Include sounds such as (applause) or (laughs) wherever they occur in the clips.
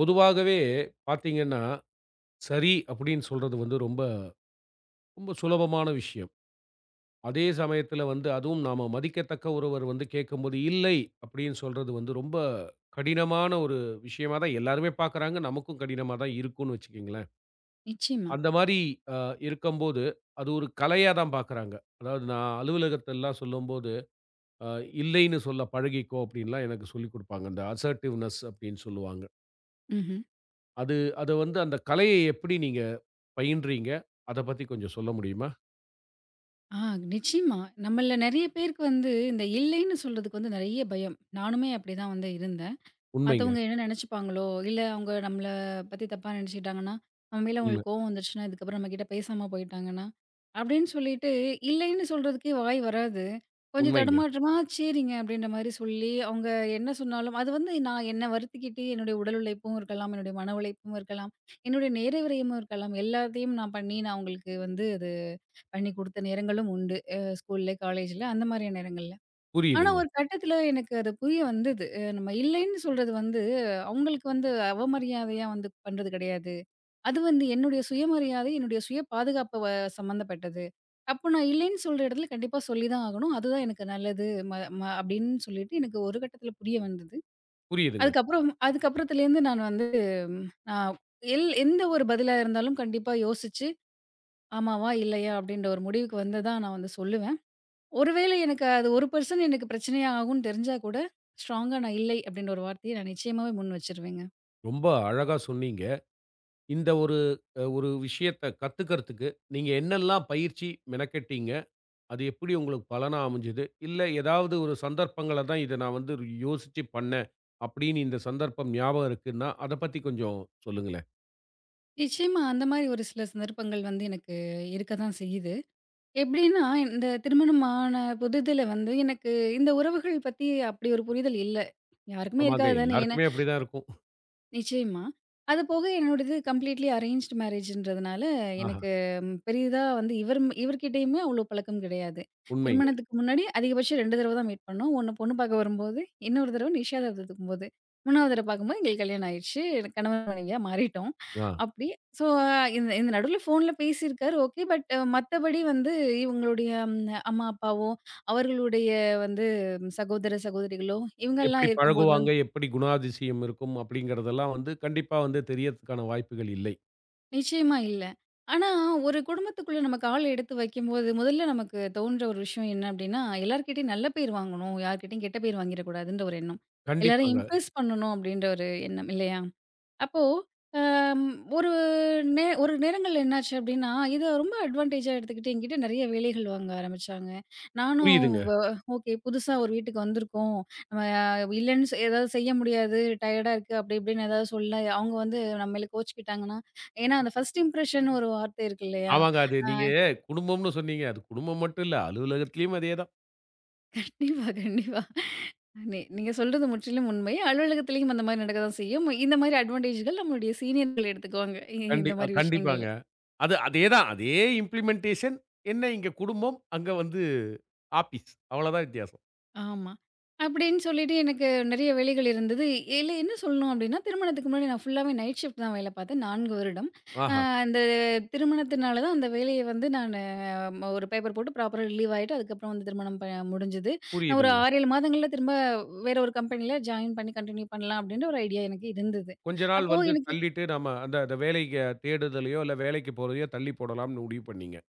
பொதுவாகவே பார்த்தீங்கன்னா, சரி அப்படின்னு சொல்றது வந்து ரொம்ப, ரொம்ப சுலபமான விஷயம். அதே சமயத்தில வந்து அதுவும் நாம மதிக்கத்தக்க ஒருவர் வந்து கேட்கும்போது, இல்லை அப்படின்னு சொல்றது வந்து ரொம்ப கடினமான ஒரு விஷயமா தான் எல்லாருமே பார்க்குறாங்க. நமக்கும் கடினமா தான் இருக்கும்னு வச்சுக்கங்களேன். நிச்சயமா. அந்த மாரி அ இருக்கம்போது, அது ஒரு கலையா தான் பார்க்குறாங்க. அதாவது நான் அலுவலகத்திலலாம் சொல்லும்போது, அ இல்லைன்னு சொல்ல பழகிக்கோ அப்படின்லாம் எனக்கு சொல்லிக் குடுப்பாங்க. இந்த அசர்ட்டிவ்னெஸ் அப்படின்னு சொல்லுவாங்க. ம்ஹ்ம். அது அத வந்து அந்த கலையை எப்படி நீங்க பயின்றீங்க? அத பத்தி கொஞ்சம் சொல்ல முடியுமா? ஆ நிச்சயமா. நம்மள நெறைய பேருக்கு வந்து இந்த இல்லைன்னு சொல்றதுக்கு வந்து நெறைய பயம். நானுமே அப்படிதான் வந்து இருந்தேன். உண்மைங்க. மத்தவங்க என்ன நெனச்சுப்பாங்களோ! இல்ல, அவங்க நம்மள பத்தி தப்பா நெனச்சுக்கிட்டாங்கன்னா, நம்ம மேல உண்ம. அவங்களுக்கு கோவம் வந்துருச்சுன்னா, இதுக்கப்புறம் நம்மகிட்ட பேசாம போயிட்டாங்கன்னா, அப்படின்னு சொல்லிட்டு இல்லைன்னு சொல்றதுக்கே வாய் வராது. கொஞ்சம் உண்மைங்க. தடுமாற்றமா "சரிங்க" அப்படின்ற மாரி சொல்லி, அவங்க என்ன சொன்னாலும் அது வந்து நான் என்ன வருத்திக்கிட்டு என்னுடைய உடல் உழைப்பும் இருக்கலாம், என்னுடைய மன உழைப்பும் இருக்கலாம், என்னுடைய நேர விரயமும் இருக்கலாம். எல்லாத்தையும் நான் பண்ணி நான் அவங்களுக்கு வந்து அது பண்ணி குடுத்த நேரங்களும் உண்டு. ஸ்கூல்ல, காலேஜ்ல அந்த மாரியான நேரங்கள்ல. ஆனா, புரியுதுங்க. ஒரு கட்டத்துல எனக்கு அது புரிய வந்தது. நம்ம இல்லைன்னு சொல்றது வந்து, அவங்களுக்கு வந்து அவமரியாதையா வந்து பண்றது கிடையாது. அது வந்து என்னுடைய சுயமரியாதை, என்னுடைய சுய பாதுகாப்பு சம்மந்தப்பட்டது. அப்போ நான் இல்லைன்னு சொல்ற இடத்துல கண்டிப்பா சொல்லி தான் ஆகணும். அதுதான் எனக்கு நல்லது. ம ம அப்படின்னு சொல்லிட்டு எனக்கு ஒரு கட்டத்துல புரிய வந்தது. புரியுதுங்க. அதுக்கப்புறத்துலேருந்து நான் வந்து நான் எல் எந்த ஒரு பதிலா இருந்தாலும் கண்டிப்பா யோசிச்சு, ஆமாவா? இல்லையா? அப்படின்ற ஒரு முடிவுக்கு வந்து தான் நான் வந்து சொல்லுவேன். ஒருவேளை எனக்கு அது 1% எனக்கு பிரச்சனையா ஆகும்ன்னு தெரிஞ்சா கூட, ஸ்ட்ராங்கா நான் இல்லை அப்டின்ற ஒரு வார்த்தைய நான் நிச்சயமாவே முன் வச்சுருவேங்க. ரொம்ப அழகா சொன்னீங்க. இந்த ஒரு விஷயத்த கத்துக்கிறதுக்கு நீங்க என்னெல்லாம் பயிற்சி மெனக்கெட்டீங்க? அது எப்படி உங்களுக்கு பலனா அமைஞ்சது? இல்ல ஏதாவது ஒரு சந்தர்ப்பங்கள தான் இத நான் வந்து யோசிச்சு பண்ணேன். அப்படின்னு இந்த சந்தர்ப்பம் ஞாபகம் இருக்குன்னா, அத பத்தி கொஞ்சம் சொல்லுங்களேன். நிச்சயமா, அந்த மாரி ஒரு சில சந்தர்ப்பங்கள் வந்து எனக்கு இருக்க தான் செய்யுது. எப்டின்னா, இந்த திருமணமான புதிதில வந்து எனக்கு இந்த உறவுகள் பத்தி அப்டி ஒரு புரிதல் இல்ல. யாருக்குமே ஆமாங்க. இருக்காது தானே. ஏன்னா எல்லாருக்குமே அப்படிதான் இருக்கும். நிச்சயமா. அது போக என்னோடது கம்ப்ளீட்லி அரேஞ்ச்டு மேரேஜ்ன்றதுனால, ஆஹா. எனக்கு பெரிதா வந்து இவர்கிட்டயுமே அவ்ளோ பழக்கம் கிடையாது. உண்மைங்க. திருமணத்துக்கு முன்னாடி அதிகபட்சம் 2 தடவ தான் மீட் பண்ணோம். ஒண்ணு பொண்ணு பாக்க வரும்போது, இன்னொரு தடவ நிச்சயதார்த்தத்துக்கும் போது. 3வது தடவ பாக்கும்போது எங்களுக்கு கல்யாணம் ஆயிருச்சு. கணவன் மனைவியா மாறிட்டோம். ஆ. அப்படி ஸோ இந்த இந்த நடுவுல ஃபோன்ல பேசியிருக்காரு, ஓகே. பட் மத்தபடி வந்து இவங்களுடைய அம்மா, அப்பாவோ, அவர்களுடைய வந்து சகோதர, சகோதரிகளோ எப்படி இவங்கலாம் இருக்கும்போது பழகுவாங்க? எப்படி குணாதிசயம் இருக்கும்? அப்படிங்கிறதெல்லாம் வந்து கண்டிப்பா வந்து தெரியறதுக்கான வாய்ப்புகள் இல்லை. நிச்சயமா இல்ல. ஆனா, ஒரு குடும்பத்துக்குள்ள நம்ம கால் எடுத்து வைக்கும்போது, முதல்ல நமக்கு தோன்ற ஒரு விஷயம் என்ன அப்டின்னா, எல்லார்கிட்டயும் நல்ல பேர் வாங்கணும், யார்கிட்டயும் கெட்ட பேர் வாங்கிரக்கூடாதுன்ற ஒரு எண்ணம். எல்லாரையும் கண்டிப்பாங்க. இம்ப்ரெஸ் பண்ணணும் அப்டின்ற ஒரு எண்ணம் இல்லையா? அப்போ, அம் ஒரு நே ஒரு நேரங்கள்ல என்னாச்சு அப்டின்னா, இத ரொம்ப அட்வான்டேஜா எடுத்துக்கிட்டு என்கிட்ட நெறைய வேலைகள் வாங்க ஆரம்பிச்சாங்க. நானும் புரியுதுங்க. வ ஓகே புதுசா ஒரு வீட்டுக்கு வந்திருக்கோம். நம்ம இல்லன்னு ஏதாவது செய்ய முடியாது. டயர்டா இருக்கு அப்டி இப்டின்னு ஏதாவது சொல்ல, அவங்க வந்து நம்ம மேல கோச்சுக்கிட்டாங்கன்னா, ஏன்னா அந்த ஃபர்ஸ்ட் இம்ப்ரஷன் ஒரு வார்த்தை இருக்கு இல்லையா? ஆமாங்க. அது அ நீங்க குடும்பம்னு சொன்னீங்க. அது குடும்பம் மட்டும் இல்ல. அலுவலகத்திலயும் அதே தான். கண்டிப்பா, கண்டிப்பா. நீங்க சொல்றது முற்றிலும் உண்மை. அலுவலகத்திலயும் அந்த மாரி நடக்க தான் செய்யும். இந்த மாரி அட்வான்டேஜ்கள் நம்மளுடைய சீனியர்கள் எடுத்துக்குவாங்க. இந்த மாரி விஷயங்கள்ல. கண்டிப்பாங்க. அது அதே தான். அதே இம்ப்ளிமென்டேஷன். என்ன இங்க குடும்பம், அங்க வந்து ஆபீஸ். அவ்வளோதான் வித்தியாசம். ஆமா. அப்படின்னு சொல்லிட்டு எனக்கு நெறைய வேலைகள் இருந்தது. இல்ல, என்ன சொல்லணும் அப்படின்னா, திருமணத்துக்கு முன்னாடி நான் ஃபுல்லாவே நைட் ஷிஃப்ட் தான் வேலை பார்த்தேன் 4 வருடம். அ ஆஹா! அந்த திருமணத்தினால தான் அந்த வேலைய வந்து நானு ஒரு பேப்பர் போட்டு ப்ராப்பரா ரிலீவ் ஆயிட்டு, அதுக்கப்புறம் வந்து திருமணம் முடிஞ்சது. நான் ஒரு புரியுதுங்க. 6, 7 மாதங்கள்ல திரும்ப வேற ஒரு கம்பெனில ஜாயின் பண்ணி கன்டின்யூ பண்ணலாம் அப்படின்ற ஒரு ஐடியா எனக்கு இருந்தது. கொஞ்ச நாள் அப்போ வந்து எனக்கு தள்ளிட்டு நம்ம அந்த அந்த வேலைக்கு தேடுதலையோ, இல்ல வேலைக்கு போறதையோ தள்ளி போடலாம்னு முடிவு பண்ணீங்க.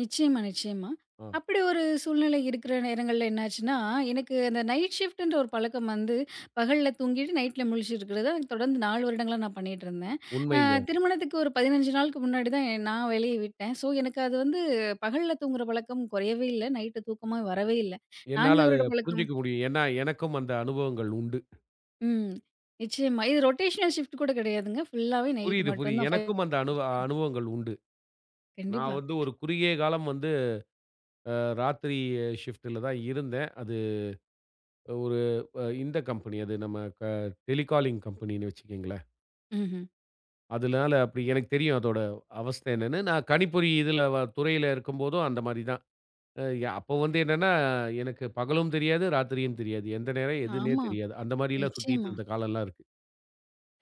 நிச்சயமா, நிச்சயமா. ஆ. அப்படி ஒரு சூழ்நிலை இருக்கிற நேரங்கள்ல என்னாச்சுன்னா, எனக்கு அந்த நைட் ஷிஃப்ட்ன்ற ஒரு பழக்கம் வந்து பகல்ல தூங்கிட்டு நைட்ல முழிச்சிருக்கிறது எனக்கு தொடர்ந்து 4 வருடங்களா நான் பண்ணிட்டுருந்தேன். அ உண்மைங்க. திருமணத்துக்கு ஒரு 15 நாளுக்கு முன்னாடி தான் நான் வேலைய விட்டேன். ஸோ, எனக்கு அது வந்து பகல்ல தூங்குற பழக்கம் குறையவே இல்ல. நைட்டு தூக்கமா வரவே இல்ல. 4 என்னால அத வருட பழக்கம். புரிஞ்சுக்க முடியும். ஏன்னா, எனக்கும் அந்த அனுபவங்கள் உண்டு. ம். நிச்சயமா. இது ரொட்டேஷனல் ஷிஃப்ட் கூட கிடையாதுங்க. ஃபுல்லாவே நைட் புரியுது, மட்டும் புரியுது. தான் எனக்கும் அந்த 5 அனுபவங்கள் உண்டு. நான் கண்டிப்பா. வந்து ஒரு குறுகிய காலம் வந்து அ ராத்திரி ஷிஃப்ட்ல தான் இருந்தேன். அது ஒரு இந்த கம்பெனி அது நம்ம க டெலிகாலிங் கம்பெனின்னு வச்சுக்கங்களேன். ம்ஹ்ம். அதனால அப்படி எனக்கு தெரியும் அதோட அவஸ்தை என்னன்னு. நான் கணிப்பொறி இதுல துறையில இருக்கும்போதும் அந்த மாரி தான். அ ய அப்போ வந்து என்னன்னா, எனக்கு பகலும் தெரியாது, ராத்திரியும் தெரியாது. எந்த நேரம் எதுன்னே ஆமா. தெரியாது. அந்த மாரிலாம் சுத்திட்டு நிச்சயமா. இருந்த காலம்லாம் இருக்கு.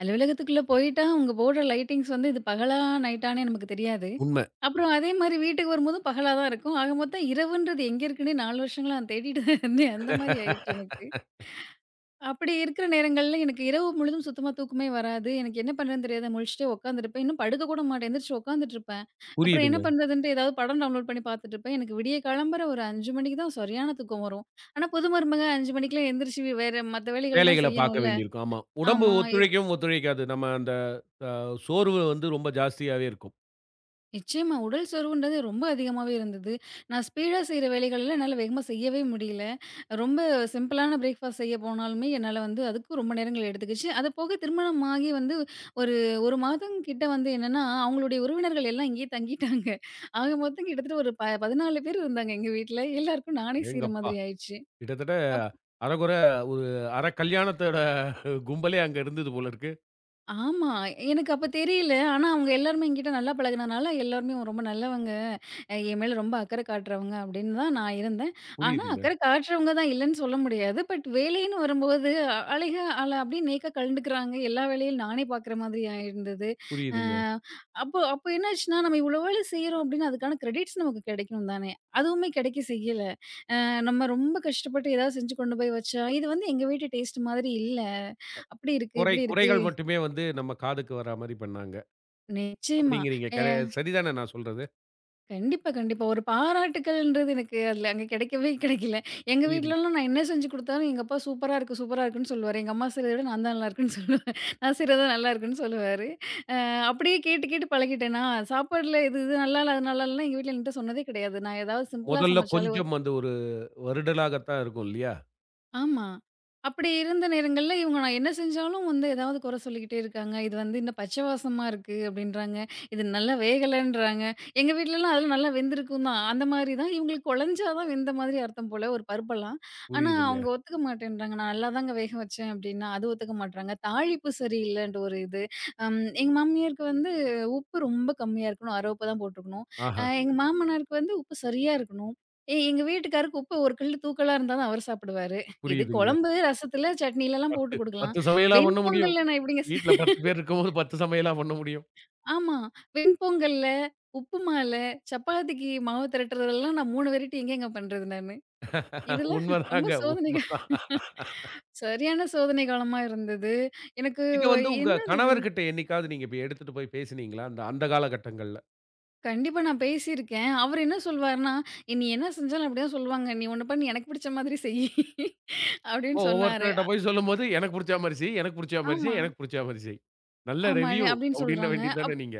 அலுவலகத்துக்குள்ள போயிட்டா, அவுங்க போடுற லைட்டிங்ஸ் வந்து இது பகலா, நைட்டான்னே நமக்கு தெரியாது. உண்ம. அப்புறம் அதே மாரி வீட்டுக்கு வரும்போதும் பகலா தான் இருக்கும். ஆக மொத்தம் இரவுன்றது எங்க இருக்குன்னே 4 வருஷங்களா நான் தேடிட்டு இருந்தேன். அந்த மாரி ஆயிடுச்சு எனக்கு. அப்படி இருக்கிற நேரங்கள்ல எனக்கு இரவு முழுதும் சுத்தமா தூக்கமே வராது. எனக்கு என்ன பண்ணுறதுன்னு தெரியாது. முழிச்சுட்டே உட்காந்துருப்பேன். இன்னும் படுக்க கூட மாட்டேன். எந்திரிச்சு உட்காந்துட்டுருப்பேன். அப்புறம் என்ன புரியுதுங்க. பண்ணுறதுன்ட்டு ஏதாவது படம் டவுன்லோட் பண்ணி பார்த்துட்டுருப்பேன். எனக்கு விடிய காலம்பற ஒரு 5 மணிக்கு தான் சரியான தூக்கம் வரும். ஆனா, புது மருமக 5 மணிக்கெல்லாம் எந்திரிச்சு வேற மத்த வேலைகள்லாம் வேலைகள பாக்க செய்யணும்ல. வேண்டியிருக்கும். ஆமா. உடம்பு ஆமா. ஒத்துழைக்கவும் ஒத்துழைக்காது. நம்ம அந்த அ சோர்வு வந்து ரொம்ப ஜாஸ்தியாவே இருக்கும். நிச்சயமா. உடல் சோர்வுன்றது ரொம்ப அதிகமாவே இருந்தது. நான் ஸ்பீடா செய்ற வேலைகள்லாம் என்னால வேகமா செய்யவே முடியல. ரொம்ப சிம்பிளான பிரேக்ஃபாஸ்ட் செய்ய போனாலுமே என்னால வந்து அதுக்கும் ரொம்ப நேரங்கள் எடுத்துக்கிச்சு. அது போக திருமணம் ஆகி வந்து ஒரு 1 மாதம் கிட்ட வந்து என்னன்னா, அவங்களுடைய உறவினர்கள் எல்லாம் இங்கேயே தங்கிட்டாங்க. ஆக மொத்தம் கிட்டத்தட்ட ஒரு 14 பேர் இருந்தாங்க எங்க வீட்ல. எல்லாருக்கும் நானே செய்ற அடேங்கப்பா! மாதிரி ஆயிருச்சு. கிட்டத்தட்ட அரைகுறை ஒரு அரை கல்யாணத்தோட கும்பலே அங்க இருந்தது போல இருக்கு. ஆமா. எனக்கு அப்ப தெரியல. ஆனா, அவங்க எல்லாருமே என்கிட்ட நல்லா பழகுனனால, எல்லாருமே "உன் ரொம்ப நல்லவங்க. என் மேல ரொம்ப அக்கறை காட்டுறவங்க" அப்படின்னு தான் நான் இருந்தேன். ஆனா, புரியுதுங்க, அக்கறை காட்டுறவங்க தான் இல்லன்னு சொல்ல முடியாது. பட் வேலைன்னு வரும்போது அ- அழக ஆள அப்படியே நேக்கா கலண்டுக்கிறாங்க. எல்லா வேலையும் நானே பார்க்குற மாதிரி ஆயிருந்தது. அ புரியுதுங்க. அப்போ அப்போ என்னாச்சுன்னா, நம்ம இவ்வளோ வேலை செய்றோம் அப்படின்னா, அதுக்கான கிரெடிட்ஸ் நமக்கு கிடைக்கணும் தானே! அதுவுமே கிடைக்க செய்யல. அ நம்ம ரொம்ப கஷ்டப்பட்டு ஏதாவது செஞ்சு கொண்டு போய் வச்சா, இது வந்து எங்க வீட்டு டேஸ்ட் மாதிரி இல்ல. அப்படி இருக்கு, குறை இப்படி இருக்கு. குறைகள் மட்டுமே வந்து நம்ம காதுக்கு வரா மாரி பண்ணாங்க. நிச்சயமா. அப்படிங்கிறீங்க. அ சரிதானே நான் சொல்றது? கண்டிப்பா, கண்டிப்பா. ஒரு பாராட்டுக்கள்ன்றது எனக்கு அதுல அங்க கெடைக்கவே கெடைக்கல. எங்க புரியுதுங்க. வீட்லலாம் நான் என்ன செஞ்சு குடுத்தாலும் எங்க அப்பா சூப்பரா இருக்கு, சூப்பரா இருக்குன்னு சொல்லுவாரு. எங்க அம்மா செய்றத விட நான் தான் நல்லா இருக்குன்னு சொல்லுவேன். நான் செய்றது தான் நல்லா இருக்குன்னு சொல்லுவாரு. அ அப்படியே கேட்டு கேட்டு பழகிட்டேனா, சாப்பாடுல இது இது நல்லா இல்ல, அது நல்லா இல்லன்னா எங்க வீட்ல என்ட்ட சொன்னதே கிடையாது. நான் ஏதாவது சிம்பிளா முதல்ல சமைச்சாலே கொஞ்சம் அந்த ஒரு வருடலாகத்தான் இருக்கும் இல்லையா? ஆமா. அப்படி இருந்த நேரங்கள்ல இவங்க நான் என்ன செஞ்சாலும் வந்து ஏதாவது குறை சொல்லிக்கிட்டே இருக்காங்க. இது வந்து இன்னும் பச்சை வாசமா இருக்கு அப்படின்றாங்க. இது நல்லா வேகலன்றாங்க. எங்க வீட்லலாம் அதெல்லாம் நல்லா வெந்திருக்கும் தான். அந்த மாரி தான் இவங்களுக்கு கொழஞ்சா தான் வெந்த மாதிரி அர்த்தம் போல ஒரு பருப்பெல்லாம். ஆனா அவங்க புரியுதுங்க. ஒத்துக்க மாட்டேன்றாங்க. நான் நல்லாதாங்க வேக வச்சேன் அப்படின்னா, அது ஒத்துக்க மாட்றாங்க. தாளிப்பு சரியில்லன்ற ஒரு இது. எங்க மாமியாருக்கு வந்து உப்பு ரொம்ப கம்மியா இருக்கணும். 1/2 தான் போட்டுருக்கணும். ஆஹா! எங்க மாமனாருக்கு வந்து உப்பு சரியா இருக்கணும். எங்க வீட்டுக்காருக்கு உப்பு ஒரு கல்லு தூக்கலா இருந்தா தான் அவர் சாப்பிடுவாரு. இது புரியுதுங்க. குழம்பு, ரசத்துல, சட்னிலலாம் போட்டு 10, குடுக்கலாம். 10 சமையலா பண்ண முடியும். வெண்பொங்கல்ல நான் எப்படிங்க வீட்ல 10 (laughs) பேர் இருக்கும்போது 10 சமையலா பண்ண முடியும். ஆமா. வெண்பொங்கல்ல, உப்புமால, சப்பாத்திக்கு மாவு திரட்டுறதெல்லாம் நான் 3 வெரைட்டி எங்கேங்க பண்றது நானு? இதெல்லாம் ரொம்ப உண்மதாங்க, சோதனை கா உண்மதான். (laughs) சரியான சோதனை காலமா இருந்தது. எனக்கு இத வந்து உங்க என்னது இது? கணவர்கிட்ட என்னைக்காவது நீங்க இப்ப எடுத்துட்டு போய் பேசினீங்களா? அந்த அந்த காலகட்டங்கள்ல. கண்டிப்பா நான் பேசியிருக்கேன். அவரு என்ன சொல்வாருன்னா, "நீ என்ன செஞ்சாலும் அப்படிதான் சொல்லுவாங்க. நீ ஒண்ணு பண்ணு, எனக்கு பிடிச்ச மாதிரி செய்" (laughs) ஓ! அப்படின்னு சொன்னாரு. ஒவ்வொருத்தர்ட்ட போய் சொல்லும்போது, "எனக்கு புடிச்சா மாரி செய், எனக்கு புடிச்சா மாரி ஆமா, செய், எனக்கு புடிச்சா மாரி செய்." நல்ல ஆமா. ரிவ்யூ அப்படின்னு அப்படின்ன சொல்றாங்க. வேண்டியது தானே நீங்க.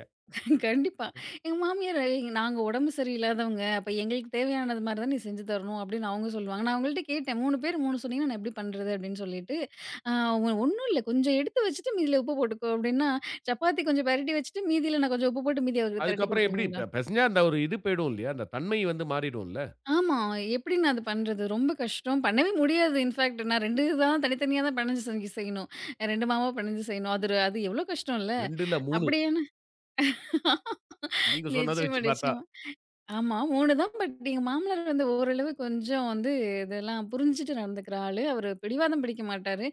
கண்டிப்பா. எங்க மாமியார் நாங்க உடம்பு சரியில்லாதவங்க. அப்ப எங்களுக்கு தேவையானது மாரி தான் நீ செஞ்சு தரணும் அப்படின்னு அவங்க சொல்லுவாங்க. நான் அவங்கள்ட்ட கேட்டேன். 3 பேர் 3 சொன்னீங்கன்னா நான் எப்படி பண்றது? அப்படின்னு சொல்லிட்டு. அவங்க ஒண்ணும் இல்ல கொஞ்சம் எடுத்து வச்சுட்டு மீதியில உப்பு போட்டுக்கோ அப்படின்னா, சப்பாத்தி கொஞ்சம் பெரட்டி வச்சுட்டு மீதியில நான் கொஞ்சம் உப்பு போட்டு மீதி அவருக்கு திரட்டி அதுக்கப்புறம் எப்படி குடுக்கணுங்களா? பெசஞ்சா அந்த ஒரு இது போயிடும் இல்லையா? அந்த தன்மை வந்து மாறிடும்ல. ஆமா. எப்படி நான் அது பண்றது? ரொம்ப கஷ்டம். பண்ணவே முடியாது. இன்ஃபாக்ட் நான் 2 தான் தனித்தனியா தான் பெனஞ்சு செஞ்சு செய்யணும். 2 மாவா பெனஞ்சு செய்யணும். அது எவ்வளோ கஷ்டம் இல்ல? 2 இல்ல 3 அப்படியேன்னு நீங்க சொன்னத நிச்சயமா, வச்சு பார்த்தா, நிச்சயமா. ஆமா 3 தான். பட் எங்க மாமனார் வந்து ஓரளவு கொஞ்சம் வந்து இதெல்லாம் புரிஞ்சுட்டு நடந்துக்கிற ஆளு. அவரு பிடிவாதம் பிடிக்க மாட்டாரு.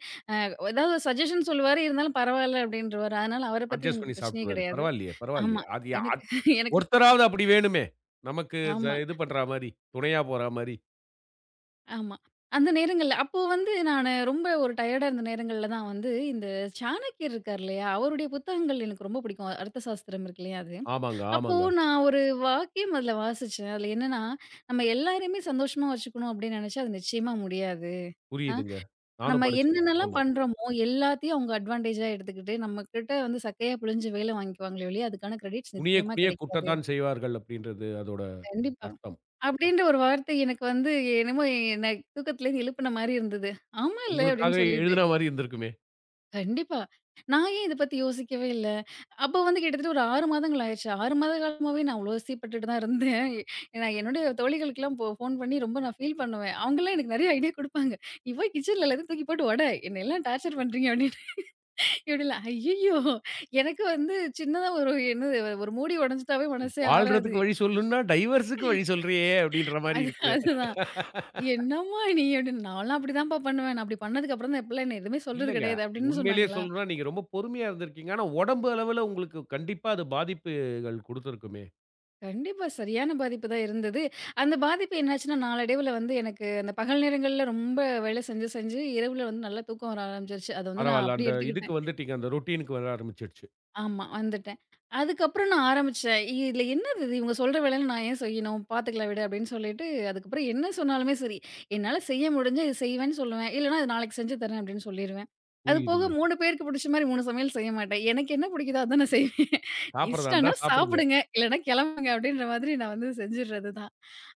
ஏதாவது சஜஷன் சொல்லுவாரு. இருந்தாலும் பரவால்ல அப்படின்றவாரு. அதனால அவர பத்தி அட்ஜஸ்ட் பண்ணி எனக்கு பிரச்சனையே சாப்ட்டுருவாரு. கிடையாது. பரவாயில்லையே, பரவாயில்லையே. ஆமா. அது யா எனக்கு அத் எனக்கு ஒருத்தராவது அப்படி வேணுமே. நமக்கு ஆமா, இது பண்றா மாரி, துணையா போறா மாரி. ஆமா. அந்த நேரங்கள்ல அப்போ வந்து நானு ரொம்ப ஒரு டயர்டா இருந்த நேரங்கள்ல தான் வந்து இந்த சாணக்கியர் இருக்கார் இல்லையா? அவருடைய புத்தகங்கள் எனக்கு ரொம்ப பிடிக்கும். அர்த்த சாஸ்திரம் இருக்கு இல்லையா அது. ஆமாங்க, அப்போ ஆமாங்க. நான் ஒரு வாக்கியம் அதுல வாசிச்சேன். அதுல என்னன்னா, "நம்ம எல்லாரையுமே சந்தோஷமா வச்சுக்கணும் அப்படின்னு நினைச்சா அது நிச்சயமா முடியாது." புரியுதுங்க. நம்ம நானும் படிச்சிருக்கேன். என்னென்னலாம் ஆமா. பண்றோமோ எல்லாத்தையும் அவங்க அட்வான்டேஜா எடுத்துக்கிட்டு, நம்மகிட்ட வந்து சக்கையா பிழிஞ்சு வேலை வாங்கிக்குவாங்களே ஒழிய, அதுக்கான கிரெடிட்ஸ் குனிய நிச்சயமா குனிய கிடைக்காது. குட்டத்தான் செய்வார்கள் அப்படின்றது அதோட கண்டிப்பா. அர்த்தம். அப்டின்ற ஒரு வார்த்தை எனக்கு வந்து என்னமோ என்ன தூக்கத்துலேருந்து எழுப்புன மாரி இருந்தது. ஆமால்ல உங்களுக்காக அப்டின்னு சொல்லிட்டு. எழுதுன மாரி இருந்திருக்குமே. கண்டிப்பா. நான் ஏன் இத பத்தி யோசிக்கவே இல்ல. அப்போ வந்து கிட்டத்தட்ட ஒரு 6 மாதங்கள் ஆயிருச்சு. 6 மாத காலமாவே நான் அவ்ளோ அவஸ்தைப்பட்டுட்டு தான் இருந்தேன். நான் என்னுடைய தோழிகளுக்கெல்லாம் போ ஃபோன் பண்ணி ரொம்ப நான் ஃபீல் பண்ணுவேன். அவங்கலாம் எனக்கு நெறைய ஐடியா குடுப்பாங்க. "நீ போய் கிச்சன்ல எல்லாத்தையும் தூக்கி போட்டு ஒட. என்னையெல்லாம் டார்ச்சர் பண்றீங்க" இப்டிலாம் ஐய்யய்யோ! எனக்கு வந்து சின்னதா ஒரு என்னது ஒரு மூடி உடைஞ்சுட்டாவே மனசே ஆறாது. வாழ்றதுக்கு வழி சொல்லுன்னா, டைவர்ஸுக்கு வழி சொல்றியே அப்படின்ற மாரி அது இருக்குமே. அதுதான். "என்னம்மா நீ?" அப்டின்னு. "நான்லாம் அப்டிதான்ப்பா பண்ணுவேன். நான் அப்டி பண்ணதுக்கு அப்புறம் தான் இப்பலாம் என்ன எதுவுமே சொல்றது இல்லங்க. கிடையாது" அப்டின்னு உண்மையிலேயே சொன்னாங்களா? சொல்லணும்னா நீங்க ரொம்ப பொறுமையா இருந்திருக்கீங்க. ஆனா உடம்பு அளவுல உங்களுக்கு கண்டிப்பா அது பாதிப்புகள் குடுத்திருக்குமே. கண்டிப்பா சரியான பாதிப்பு தான் இருந்தது. அந்த பாதிப்பு என்னாச்சுன்னா, நாளடைவுல வந்து எனக்கு அந்த பகல் நேரங்கள்ல ரொம்ப வேலை செஞ்சு, செஞ்சு இரவுல வந்து நல்லா தூக்கம் வர ஆரம்பிச்சுருச்சு. அத வந்து நான் பரவால்ல. அப்டி அந்த இதுக்கு எடுத்துக்கிட்டேன். வந்துட்டீங்க. அந்த ரொட்டீனுக்கு வர ஆரம்பிச்சுடுச்சு. ஆமா, வந்துட்டேன். அதுக்கப்புறம் நான் ஆரம்பிச்சேன். "இதுல என்னது இது? இவங்க சொல்ற வேலையில நான் ஏன் செய்யணும்? பாத்துக்கலாம் விடு" அப்படின்னு சொல்லிட்டு, அதுக்கப்புறம் என்ன சொன்னாலுமே சரி, என்னால செய்ய முடிஞ்சா இது செய்வேன்னு சொல்லுவேன். இல்லன்னா, "இது நாளைக்கு செஞ்சு தரேன்" அப்படின்னு சொல்லிருவேன். அது போக புரியுதுங்க. 3 பேருக்கு புடிச்ச மாரி 3 சமையல் செய்ய மாட்டேன். எனக்கு என்ன பிடிக்குதோ அதான் நான் செய்வேன். சாப்பிடுறதா இருந்தா இஷ்டம்னா சாப்பிடுங்க. சாப்பிடுங்க, இல்லன்னா கெளம்புங்க அப்படின்ற மாதிரி நான் வந்து செஞ்சுடுறது தான்.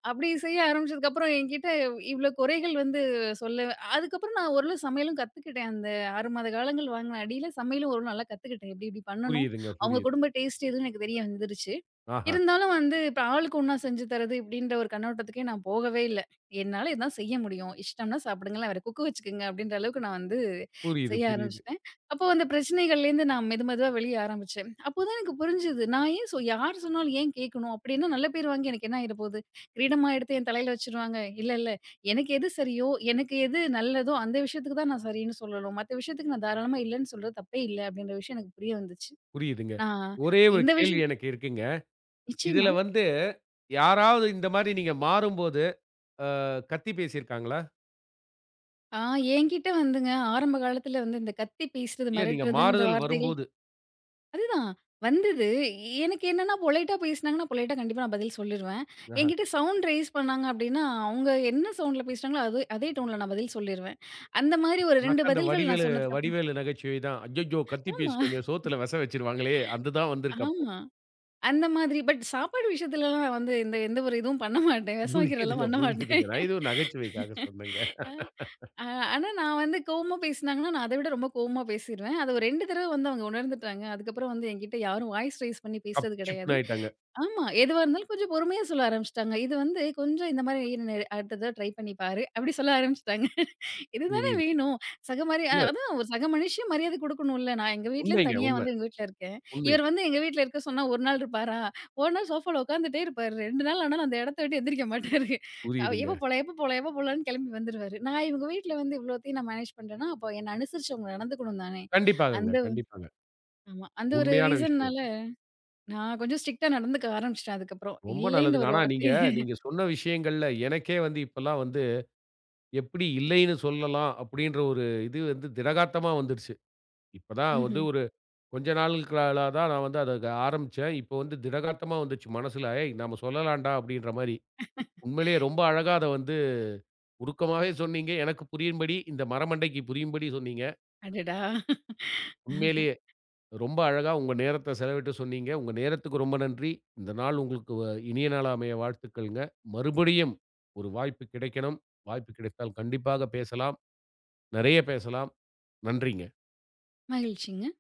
அப்படி செய்ய ஆரம்பிச்சதுக்கப்புறம் என்கிட்ட இவ்ளோ குறைகள் வந்து சொல்ல அதுக்கப்புறம் நான் ஓரளவு சமையலும் கத்துக்கிட்டேன் அந்த 6 மாத காலங்கள் வாங்கின அடியில சமையலும் ஓரளவு நல்லா கத்துக்கிட்டேன். எப்டி எப்டி பண்ணணும்? புரியுதுங்க, அவங்க புரியுது. குடும்ப டேஸ்ட் எதுன்னு எனக்கு தெரிய வந்துருச்சு. ஆஹா. இருந்தாலும் வந்து இப்ப ஆளுக்கு ஒண்ணா செஞ்சு தர்றது இப்டின்ற ஒரு கண்ணோட்டத்துக்கே நான் போகவே இல்ல. என்னால இதான் செய்ய முடியும். இஷ்டம்னா சாப்பிடுங்களேன். வேற குக்கு வச்சுக்கங்க அப்டின்ற அளவுக்கு நான் வந்து புரியுது, செய்ய புரியுது, ஆரம்பிச்சுட்டேன். அப்போ அந்த பிரச்சனைகள்லேருந்து நான் மெது மெதுவா வெளிய ஆரம்பிச்சேன். அப்போதான் எனக்கு புரிஞ்சது. நான் ஏன் சொ யார் சொன்னாலும் ஏன் கேட்கணும்? அப்டின்னா நல்ல பேர் வாங்கி எனக்கு என்ன ஆயிற போகுது? கிரீடமா எடுத்து என் தலையில வச்சுருவாங்க. இல்லல்ல. எனக்கு எது சரியோ, எனக்கு எது நல்லதோ அந்த விஷயத்துக்கு தான் நான் சரின்னு சொல்லணும். மத்த விஷயத்துக்கு நான் தாராளமா இல்லன்னு சொல்றது தப்பே இல்ல அப்படின்ற விஷயம் எனக்கு புரிய வந்துச்சு. புரியுதுங்க. நான் ஒரே ஒரு இந்த கேள்வி விஷயம் எனக்கு இருக்குங்க. நிச்சயமா. இதுல வந்து யாராவது இந்த மாரி நீங்க மாறும்போது ஆ கத்தி பேசியிருக்காங்களா? ஆ என்கிட்ட வந்துங்க ஆரம்ப காலத்துல வந்து இந்த கத்தி பேசுறது, இல்ல நீங்க மிரட்டுறதுன்ற மாறுதல் வார்த்தைகள் வரும்போது. அதுதான் வந்தது. எனக்கு என்னன்னா பொலைட்டா பேசுனாங்கன்னா, பொலைட்டா கண்டிப்பா நான் பதில் சொல்லிருவேன். ஆஹ. என்கிட்ட சவுண்ட் ரெய்ஸ் பண்ணாங்க அப்படின்னா, அவங்க என்ன சவுண்ட்ல பேசுனாங்களோ அது அதே டோன்ல நான் பதில் சொல்லிருவேன். அந்த மாதிரி ஒரு 2 உனக்கு அந்த பதில்கள் நான் வடிவேலு சொன்னதுக்கு அப்புறம் வடிவேலு நகைச்சுவை தான். "அய்யய்யோ! கத்தி ஆமா, பேசிட்டோமே! சோத்துல விச வச்சுருவாங்களே!" அதுதான் வந்திருக்கு அப்போ. ஆமா. அந்த மாதிரி. பட் சாப்பாடு விஷயத்துலலாம் நான் வந்து இந்த எந்த ஒரு இதுவும் பண்ண மாட்டேன். விஷம் வைக்கிறதெல்லாம் புரியுதுங்க, பண்ண மாட்டேன். புரியுதுங்க. நான் ஏதோ நகைச்சுவைக்காக சொன்னேங்க. அ ஆனா நான் வந்து கோவமா பேசினாங்கன்னா, நான் அத விட ரொம்ப கோவமா பேசிருவேன். அது ஒரு 2 தடவ வந்து அவங்க உணர்ந்துட்டாங்க. அதுக்கப்புறம் வந்து என்கிட்ட யாரும் வாய்ஸ் ரெய்ஸ் பண்ணி கப் பேசுறது சிப்ன்னு கிடையாது. ஆயிட்டாங்க. ஆமா. எதுவா இருந்தாலும் கொஞ்சம் பொறுமையா சொல்ல ஆரம்பிச்சுட்டாங்க. இது வந்து கொஞ்சம் இந்த மாரி "இரு நெ "அடுத்த தடவ ட்ரை பண்ணி பாரு" அப்படி சொல்ல ஆரம்பிச்சுட்டாங்க. இதுதானே புரியுது. வேணும். சக மாரி அ இல்ல அதான் ஒரு சக மனுஷியும் மரியாதை குடுக்கணும்ல. நான் எங்க வீட்லருந்து உண்மைங்க. தனியா உண்ம. வந்து எங்க வீட்ல இருக்கேன். உண்மை. இவர் வந்து எங்க வீட்ல இருக்க சொன்னா 1 நாள் இருப்பாரா? 1 நாள் சோஃபால உட்காந்துட்டே இருப்பாரு. 2 நாள் ஆனாலும் அந்த இடத்த விட்டு எந்திரிக்க மாட்டாரு. எப்ப புரியுதுங்க. போலாம், எப்ப போலாம், எப்ப போலாம்ன்னு கிளம்பி வந்துருவாரு. நான் இவங்க வீட்ல வந்து இவ்வளோத்தையும் நான் மேனேஜ் பண்றேன்னா, அப்போ என்ன அனுசரிச்சு அவங்க நடந்துக்கணும் தானே! கண்டிப்பாகங்க, அந்த கண்டிப்பாங்க. ஆமா. அந்த ஒரு உண்மையான விஷயம். ரீசன்‌னால நான் கொஞ்சம் ஸ்ட்ரிக்ட்டா நடந்துக்க ஆரம்பிச்சுட்டேன் அதுக்கப்புறம். ரொம்ப இல்லைன்ற நல்லதுங்க. ஒரு ஆனா நீங்க வார்த்தை நீங்க சொன்ன விஷயங்கள்ல எனக்கே வந்து இப்பலாம் வந்து எப்படி இல்லைன்னு சொல்லலாம்? அப்படின்ற ஒரு இது வந்து திடகாத்தமா வந்துருச்சு. இப்ப தான் வந்து ம்ஹ்ம். ஒரு கொஞ்ச நாளுக்கலா தான் நான் வந்து அத ஆரம்பிச்சேன். இப்போ வந்து திடகாத்தமா வந்துச்சு மனசுல. "ஏய்! நம்ம சொல்லலாம்டா" அப்படின்ற மாரி. உண்மையிலேயே ரொம்ப அழகா அத வந்து உருக்கமாவே சொன்னீங்க. எனக்கு புரியும்படி, இந்த மரமண்டைக்கு புரியும்படி சொன்னீங்க. அடடா! உண்மையிலேயே (laughs) ரொம்ப அழகா உங்க நேரத்த செலவிட்டு சொன்னீங்க. உங்க நேரத்துக்கு ரொம்ப நன்றி. இந்த நாள் உங்களுக்கு இனிய நாளா அமைய வாழ்த்துக்கள்ங்க. மறுபடியும் ஒரு வாய்ப்பு கிடைக்கணும். வாய்ப்பு கிடைத்தால் கண்டிப்பாக பேசலாம். நெறைய பேசலாம். நன்றிங்க. மகிழ்ச்சிங்க.